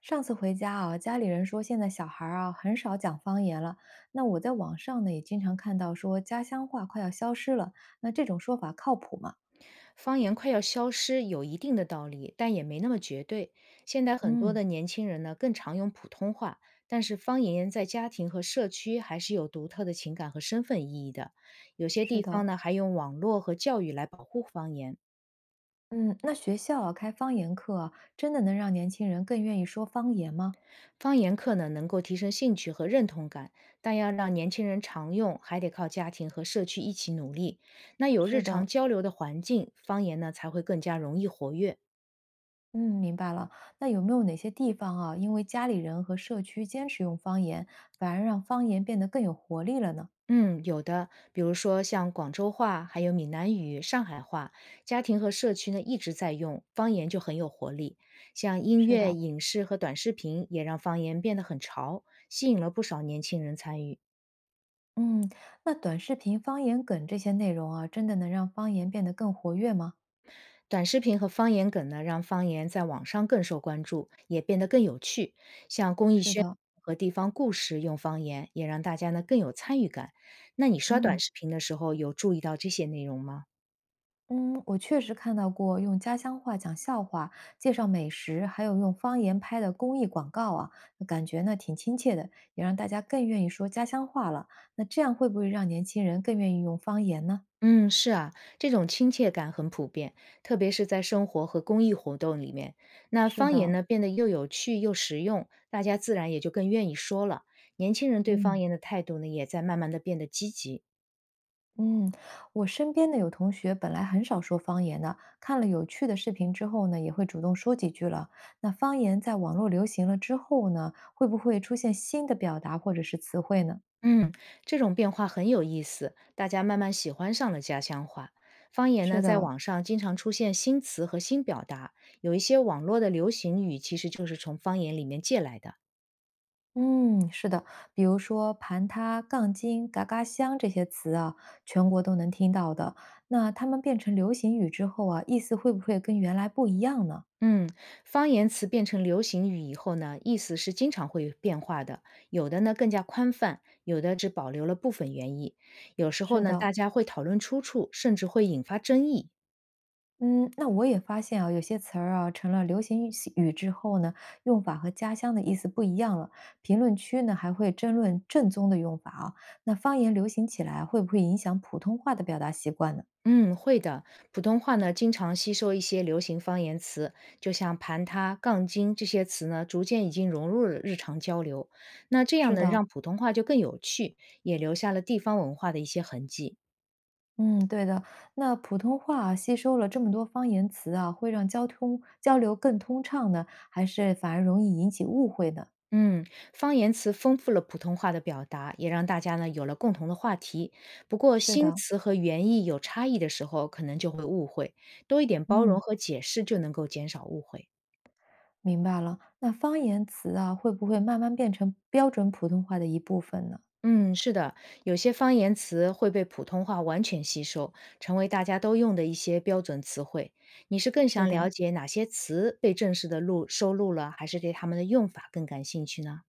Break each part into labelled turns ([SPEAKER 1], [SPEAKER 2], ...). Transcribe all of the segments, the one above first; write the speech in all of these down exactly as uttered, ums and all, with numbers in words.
[SPEAKER 1] 上次回家啊，家里人说现在小孩儿啊很少讲方言了。那我在网上呢也经常看到说家乡话快要消失了，那这种说法靠谱吗？
[SPEAKER 2] 方言快要消失有一定的道理，但也没那么绝对。现在很多
[SPEAKER 1] 嗯，
[SPEAKER 2] 的年轻人呢，更常用普通话，但是方言在家庭和社区还是有独特的情感和身份意义的。有些
[SPEAKER 1] 是
[SPEAKER 2] 地
[SPEAKER 1] 的，
[SPEAKER 2] 方呢，还用网络和教育来保护方言。
[SPEAKER 1] 嗯，那学校啊开方言课啊，真的能让年轻人更愿意说方言吗？
[SPEAKER 2] 方言课呢，能够提升兴趣和认同感，但要让年轻人常用，还得靠家庭和社区一起努力。那有
[SPEAKER 1] 是
[SPEAKER 2] 日
[SPEAKER 1] 的，
[SPEAKER 2] 常交流的环境，方言呢才会更加容易活跃。
[SPEAKER 1] 嗯，明白了。那有没有哪些地方啊，因为家里人和社区坚持用方言，反而让方言变得更有活力了呢？
[SPEAKER 2] 嗯，有的，比如说像广州话，还有闽南语、上海话，家庭和社区呢一直在用，方言就很有活力。像音
[SPEAKER 1] 是
[SPEAKER 2] 乐、
[SPEAKER 1] 的。
[SPEAKER 2] 影视和短视频也让方言变得很潮，吸引了不少年轻人参与。
[SPEAKER 1] 嗯，那短视频方言梗这些内容啊，真的能让方言变得更活跃吗？
[SPEAKER 2] 短视频和方言梗呢，让方言在网上更受关注，也变得更有趣。像公益
[SPEAKER 1] 是
[SPEAKER 2] 宣
[SPEAKER 1] 的，
[SPEAKER 2] 传和地方故事用方言，也让大家呢更有参与感。那你刷短
[SPEAKER 1] 嗯
[SPEAKER 2] 视频的时候，有注意到这些内容吗？
[SPEAKER 1] 嗯，我确实看到过用家乡话讲笑话、介绍美食，还有用方言拍的公益广告啊，感觉呢挺亲切的，也让大家更愿意说家乡话了。那这样会不会让年轻人更愿意用方言呢？
[SPEAKER 2] 嗯，是啊，这种亲切感很普遍，特别是在生活和公益活动里面。那
[SPEAKER 1] 是
[SPEAKER 2] 方言
[SPEAKER 1] 的，
[SPEAKER 2] 呢，变得又有趣又实用，大家自然也就更愿意说了。年轻人对
[SPEAKER 1] 嗯。
[SPEAKER 2] 方言的态度呢，也在慢慢的变得积极。
[SPEAKER 1] 嗯，我身边的有同学本来很少说方言的，看了有趣的视频之后呢，也会主动说几句了。那方言在网络流行了之后呢，会不会出现新的表达或者是词汇呢？
[SPEAKER 2] 嗯，这种变化很有意思，大家慢慢喜欢上了家乡话。方言
[SPEAKER 1] 是
[SPEAKER 2] 呢，在
[SPEAKER 1] 的，
[SPEAKER 2] 网上经常出现新词和新表达，有一些网络的流行语其实就是从方言里面借来的。
[SPEAKER 1] 嗯，是的，比如说盘他、杠精、嘎嘎香这些词啊，全国都能听到的。那他们变成流行语之后啊，意思会不会跟原来不一样呢？
[SPEAKER 2] 嗯，方言词变成流行语以后呢，意思是经常会变化的，有的呢更加宽泛，有的只保留了部分原意。有时候
[SPEAKER 1] 是
[SPEAKER 2] 呢，
[SPEAKER 1] 的，
[SPEAKER 2] 大家会讨论出处，甚至会引发争议。
[SPEAKER 1] 嗯，那我也发现啊，有些词儿啊，成了流行语语之后呢，用法和家乡的意思不一样了。评论区呢还会争论正宗的用法啊。那方言流行起来啊，会不会影响普通话的表达习惯呢？
[SPEAKER 2] 嗯，会的。普通话呢，经常吸收一些流行方言词，就像盘他、杠精这些词呢，逐渐已经融入了日常交流。那这样
[SPEAKER 1] 是
[SPEAKER 2] 呢，
[SPEAKER 1] 的，
[SPEAKER 2] 让普通话就更有趣，也留下了地方文化的一些痕迹。
[SPEAKER 1] 嗯，对的。那普通话啊吸收了这么多方言词啊，会让交通交流更通畅呢，还是反而容易引起误会呢？
[SPEAKER 2] 嗯，方言词丰富了普通话的表达，也让大家呢有了共同的话题。不过，
[SPEAKER 1] 是
[SPEAKER 2] 新
[SPEAKER 1] 的，
[SPEAKER 2] 词和原意有差异的时候，可能就会误会。多一点包容
[SPEAKER 1] 嗯，
[SPEAKER 2] 和解释，就能够减少误会。
[SPEAKER 1] 明白了。那方言词啊，会不会慢慢变成标准普通话的一部分呢？
[SPEAKER 2] 嗯，是的，有些方言词会被普通话完全吸收，成为大家都用的一些标准词汇。你是更
[SPEAKER 1] 是
[SPEAKER 2] 想
[SPEAKER 1] 的。
[SPEAKER 2] 了解哪些词被正式的录收录了，还是对他们的用法更感兴趣呢？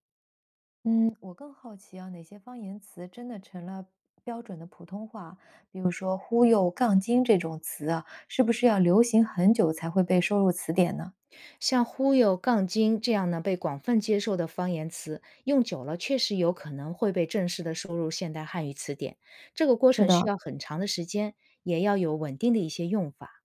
[SPEAKER 1] 嗯，我更好奇啊，哪些方言词真的成了标准的普通话？比如说“忽悠”“杠精”这种词啊，是不是要流行很久才会被收入词典呢？
[SPEAKER 2] 像“忽悠”“杠精”这样呢被广泛接受的方言词，用久了确实有可能会被正式的收入现代汉语词典。这个过
[SPEAKER 1] 是
[SPEAKER 2] 程需
[SPEAKER 1] 的，
[SPEAKER 2] 要很长的时间，也要有稳定的一些用法。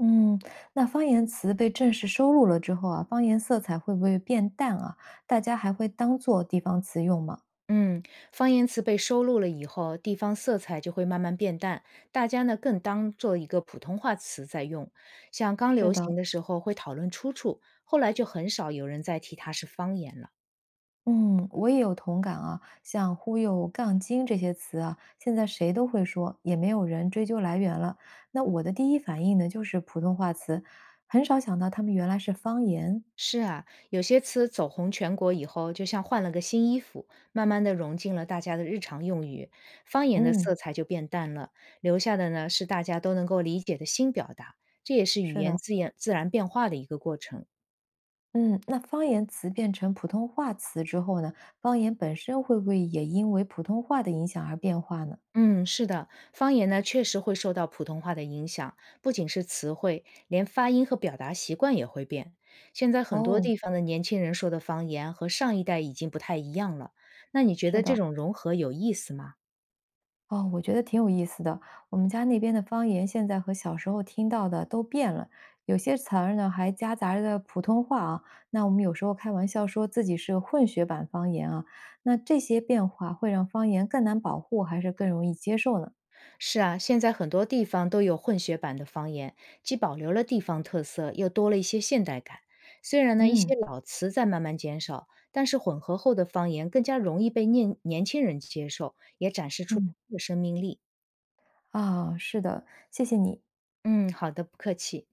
[SPEAKER 1] 嗯，那方言词被正式收录了之后啊，方言色彩会不会变淡啊？大家还会当做地方词用吗？
[SPEAKER 2] 嗯，方言词被收录了以后，地方色彩就会慢慢变淡，大家呢更当做一个普通话词在用。像刚
[SPEAKER 1] 是
[SPEAKER 2] 流
[SPEAKER 1] 的，
[SPEAKER 2] 行的时候会讨论出处，后来就很少有人再提它是方言了。
[SPEAKER 1] 嗯，我也有同感啊，像“忽悠”“杠精”这些词啊，现在谁都会说，也没有人追究来源了。那我的第一反应呢，就是普通话词，很少想到他们原来是方言。
[SPEAKER 2] 是啊，有些词走红全国以后，就像换了个新衣服，慢慢的融进了大家的日常用语，方言的
[SPEAKER 1] 嗯，
[SPEAKER 2] 色彩就变淡了，留下的呢是大家都能够理解的新表达，这也是语
[SPEAKER 1] 是
[SPEAKER 2] 言
[SPEAKER 1] 的，
[SPEAKER 2] 自然自然变化的一个过程。
[SPEAKER 1] 嗯，那方言词变成普通话词之后呢，方言本身会不会也因为普通话的影响而变化呢？
[SPEAKER 2] 嗯，是的，方言呢确实会受到普通话的影响，不仅是词汇，连发音和表达习惯也会变。现在很多
[SPEAKER 1] 哦，
[SPEAKER 2] 地方的年轻人说的方言和上一代已经不太一样了，那你觉
[SPEAKER 1] 是
[SPEAKER 2] 得这
[SPEAKER 1] 的。
[SPEAKER 2] 种融合有意思吗？
[SPEAKER 1] 哦，我觉得挺有意思的。我们家那边的方言现在和小时候听到的都变了，有些词儿呢还夹杂着普通话啊。那我们有时候开玩笑说自己是个混血版方言啊。那这些变化会让方言更难保护，还是更容易接受呢？
[SPEAKER 2] 是啊，现在很多地方都有混血版的方言，既保留了地方特色，又多了一些现代感。虽然呢，一
[SPEAKER 1] 嗯嗯。
[SPEAKER 2] 些老词在慢慢减少，但是混合后的方言更加容易被年年轻人接受，也展示出
[SPEAKER 1] 嗯，
[SPEAKER 2] 新的生命力。
[SPEAKER 1] 啊，是的，谢谢你。
[SPEAKER 2] 嗯，好的，不客气。